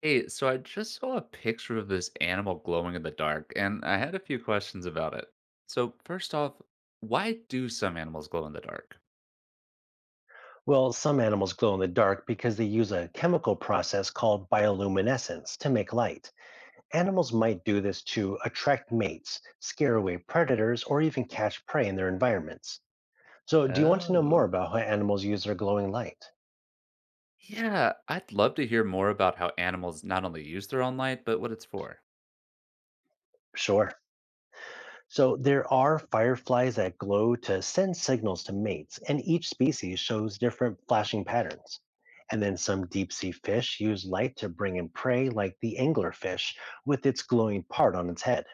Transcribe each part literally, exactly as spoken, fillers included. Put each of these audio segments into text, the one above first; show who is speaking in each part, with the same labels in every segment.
Speaker 1: Hey, so I just saw a picture of this animal glowing in the dark, and I had a few questions about it. So, first off, why do some animals glow in the dark?
Speaker 2: Well, some animals glow in the dark because they use a chemical process called bioluminescence to make light. Animals might do this to attract mates, scare away predators, or even catch prey in their environments. So, do you want to know
Speaker 1: Oh,
Speaker 2: more about how animals use their glowing light?
Speaker 1: yeah, I'd love to hear more about how animals not only use their own light, but what it's for.
Speaker 2: Sure. So, there are fireflies that glow to send signals to mates, and each species shows different flashing patterns. And then some deep sea fish use light to bring in prey, like the anglerfish, with its glowing part on its head.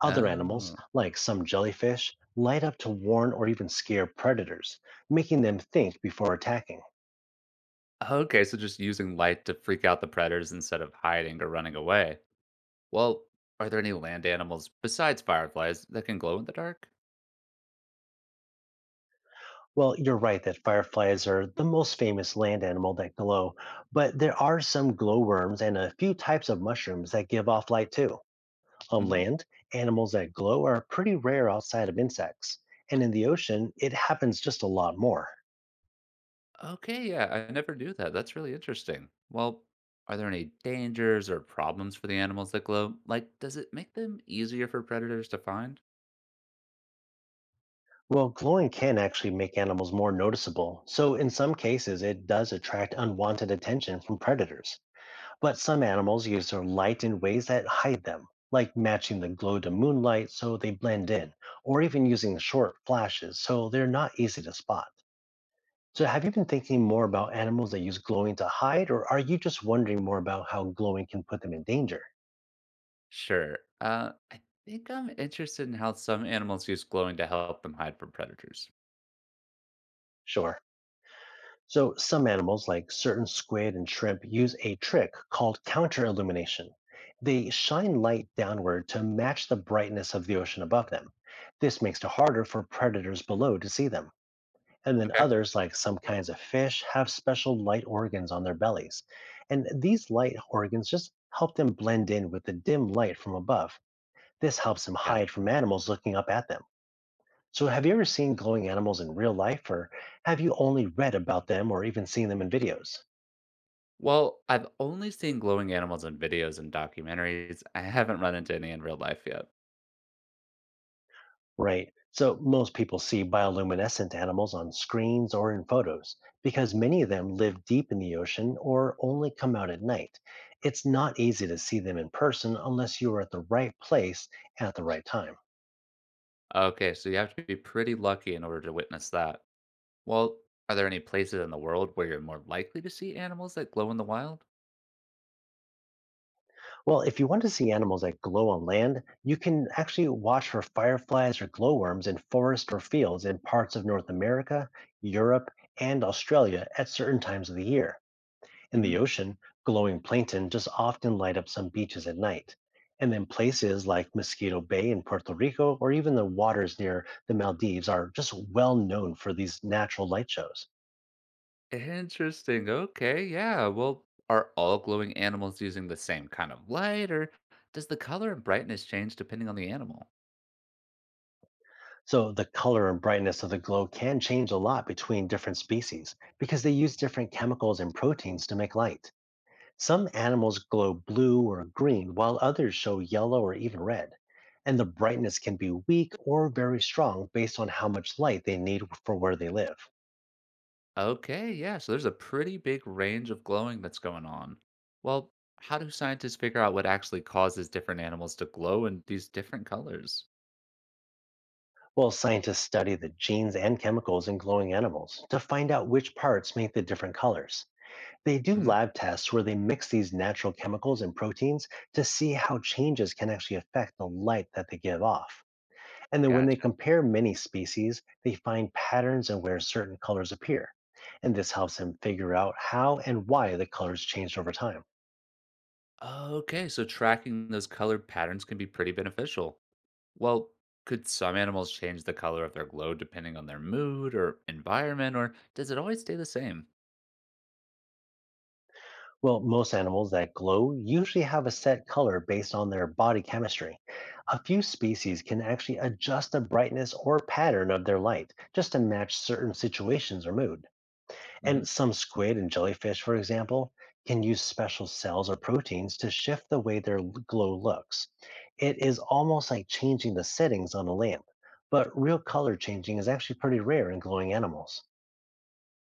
Speaker 2: Other animals,
Speaker 1: Oh,
Speaker 2: like some jellyfish, light up to warn or even scare predators, making them think before attacking.
Speaker 1: okay, so just using light to freak out the predators instead of hiding or running away. Well, are there any land animals besides fireflies that can glow in the dark?
Speaker 2: Well, you're right that fireflies are the most famous land animal that glow, but there are some glowworms and a few types of mushrooms that give off light too. On
Speaker 1: Mm-hmm.
Speaker 2: land, animals that glow are pretty rare outside of insects, and in the ocean, it happens just a lot more.
Speaker 1: Okay, yeah, I never knew that. That's really interesting. Well, are there any dangers or problems for the animals that glow? Like, does it make them easier for predators to find?
Speaker 2: Well, glowing can actually make animals more noticeable, so in some cases, it does attract unwanted attention from predators. But some animals use their light in ways that hide them, like matching the glow to moonlight so they blend in, or even using short flashes so they're not easy to spot. So, have you been thinking more about animals that use glowing to hide, or are you just wondering more about how glowing can put them in danger?
Speaker 1: Sure. Uh, I think I'm interested in how some animals use glowing to help them hide from predators.
Speaker 2: Sure. So, some animals, like certain squid and shrimp, use a trick called counter illumination. They shine light downward to match the brightness of the ocean above them. This makes it harder for predators below to see them. And then
Speaker 1: Okay.
Speaker 2: others, like some kinds of fish, have special light organs on their bellies. And these light organs just help them blend in with the dim light from above. This helps them hide from
Speaker 1: Gotcha.
Speaker 2: animals looking up at them. So, have you ever seen glowing animals in real life, or have you only read about them or even seen them in videos?
Speaker 1: Well, I've only seen glowing animals in videos and documentaries. I haven't run into any in real life yet.
Speaker 2: Right. So most people see bioluminescent animals on screens or in photos because many of them live deep in the ocean or only come out at night. It's not easy to see them in person unless you are at the right place at the right time.
Speaker 1: Okay, so you have to be pretty lucky in order to witness that. Well, are there any places in the world where you're more likely to see animals that glow in the wild?
Speaker 2: Well, if you want to see animals that glow on land, you can actually watch for fireflies or glowworms in forests or fields in parts of North America, Europe, and Australia at certain times of the year. In the
Speaker 1: Mhm.
Speaker 2: ocean, glowing plankton just often light up some beaches at night. And then places like Mosquito Bay in Puerto Rico or even the waters near the Maldives are just well known for these natural light shows.
Speaker 1: Interesting. Okay. Yeah. Well, are all glowing animals using the same kind of light, or does the color and brightness change depending on the animal?
Speaker 2: So the color and brightness of the glow can change a lot between different species because they use different chemicals and proteins to make light. Some animals glow blue or green while others show yellow or even red. And the brightness can be weak or very strong based on how much light they need for where they live.
Speaker 1: Okay. Yeah. So there's a pretty big range of glowing that's going on. Well, how do scientists figure out what actually causes different animals to glow in these different colors?
Speaker 2: Well, scientists study the genes and chemicals in glowing animals to find out which parts make the different colors. They do
Speaker 1: Mhm.
Speaker 2: lab tests where they mix these natural chemicals and proteins to see how changes can actually affect the light that they give off. And then when they
Speaker 1: Gotcha.
Speaker 2: compare many species, they find patterns in where certain colors appear. And this helps them figure out how and why the colors changed over time.
Speaker 1: Okay, so tracking those colored patterns can be pretty beneficial. Well, could some animals change the color of their glow depending on their mood or environment, or does it always stay the same?
Speaker 2: Well, most animals that glow usually have a set color based on their body chemistry. A few species can actually adjust the brightness or pattern of their light just to match certain situations or mood. And
Speaker 1: hmm
Speaker 2: some squid and jellyfish, for example, can use special cells or proteins to shift the way their l- glow looks. It is almost like changing the settings on a lamp, but real color changing is actually pretty rare in glowing animals.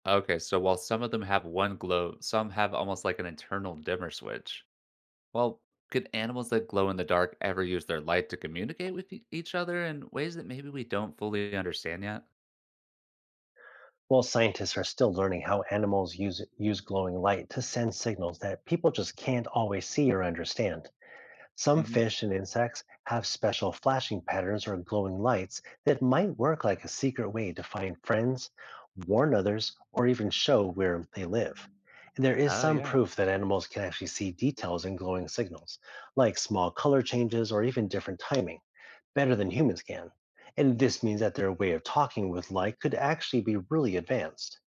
Speaker 1: Okay, so while some of them have one glow, some have almost like an internal dimmer switch. Well, could animals that glow in the dark ever use their light to communicate with e- each other in ways that maybe we don't fully understand yet?
Speaker 2: Well, scientists are still learning how animals use, use glowing light to send signals that people just can't always see or understand. Some
Speaker 1: hmm
Speaker 2: fish and insects have special flashing patterns or glowing lights that might work like a secret way to find friends, warn others, or even show where they live. And there is
Speaker 1: Oh,
Speaker 2: some
Speaker 1: yeah.
Speaker 2: proof that animals can actually see details in glowing signals, like small color changes or even different timing, better than humans can. And this means that their way of talking with light could actually be really advanced.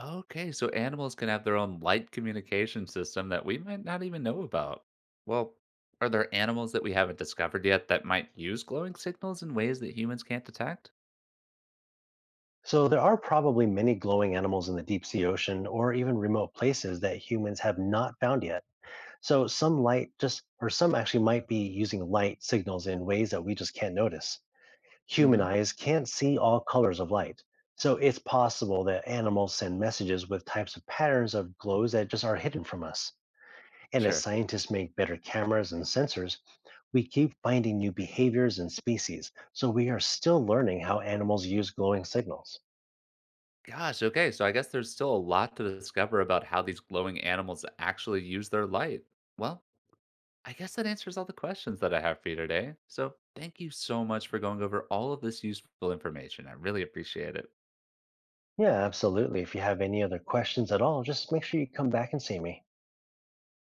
Speaker 1: Okay, so animals can have their own light communication system that we might not even know about. Well, are there animals that we haven't discovered yet that might use glowing signals in ways that humans can't detect?
Speaker 2: So, there are probably many glowing animals in the deep sea ocean or even remote places that humans have not found yet. So, some light just, or some actually might be using light signals in ways that we just can't notice. Human
Speaker 1: hmm
Speaker 2: eyes can't see all colors of light. So, it's possible that animals send messages with types of patterns of glows that just are hidden from us. And as
Speaker 1: Sure.
Speaker 2: scientists make better cameras and sensors, we keep finding new behaviors and species, so we are still learning how animals use glowing signals.
Speaker 1: Gosh, okay, so I guess there's still a lot to discover about how these glowing animals actually use their light. Well, I guess that answers all the questions that I have for you today. So thank you so much for going over all of this useful information. I really appreciate it.
Speaker 2: Yeah, absolutely. If you have any other questions at all, just make sure you come back and see me.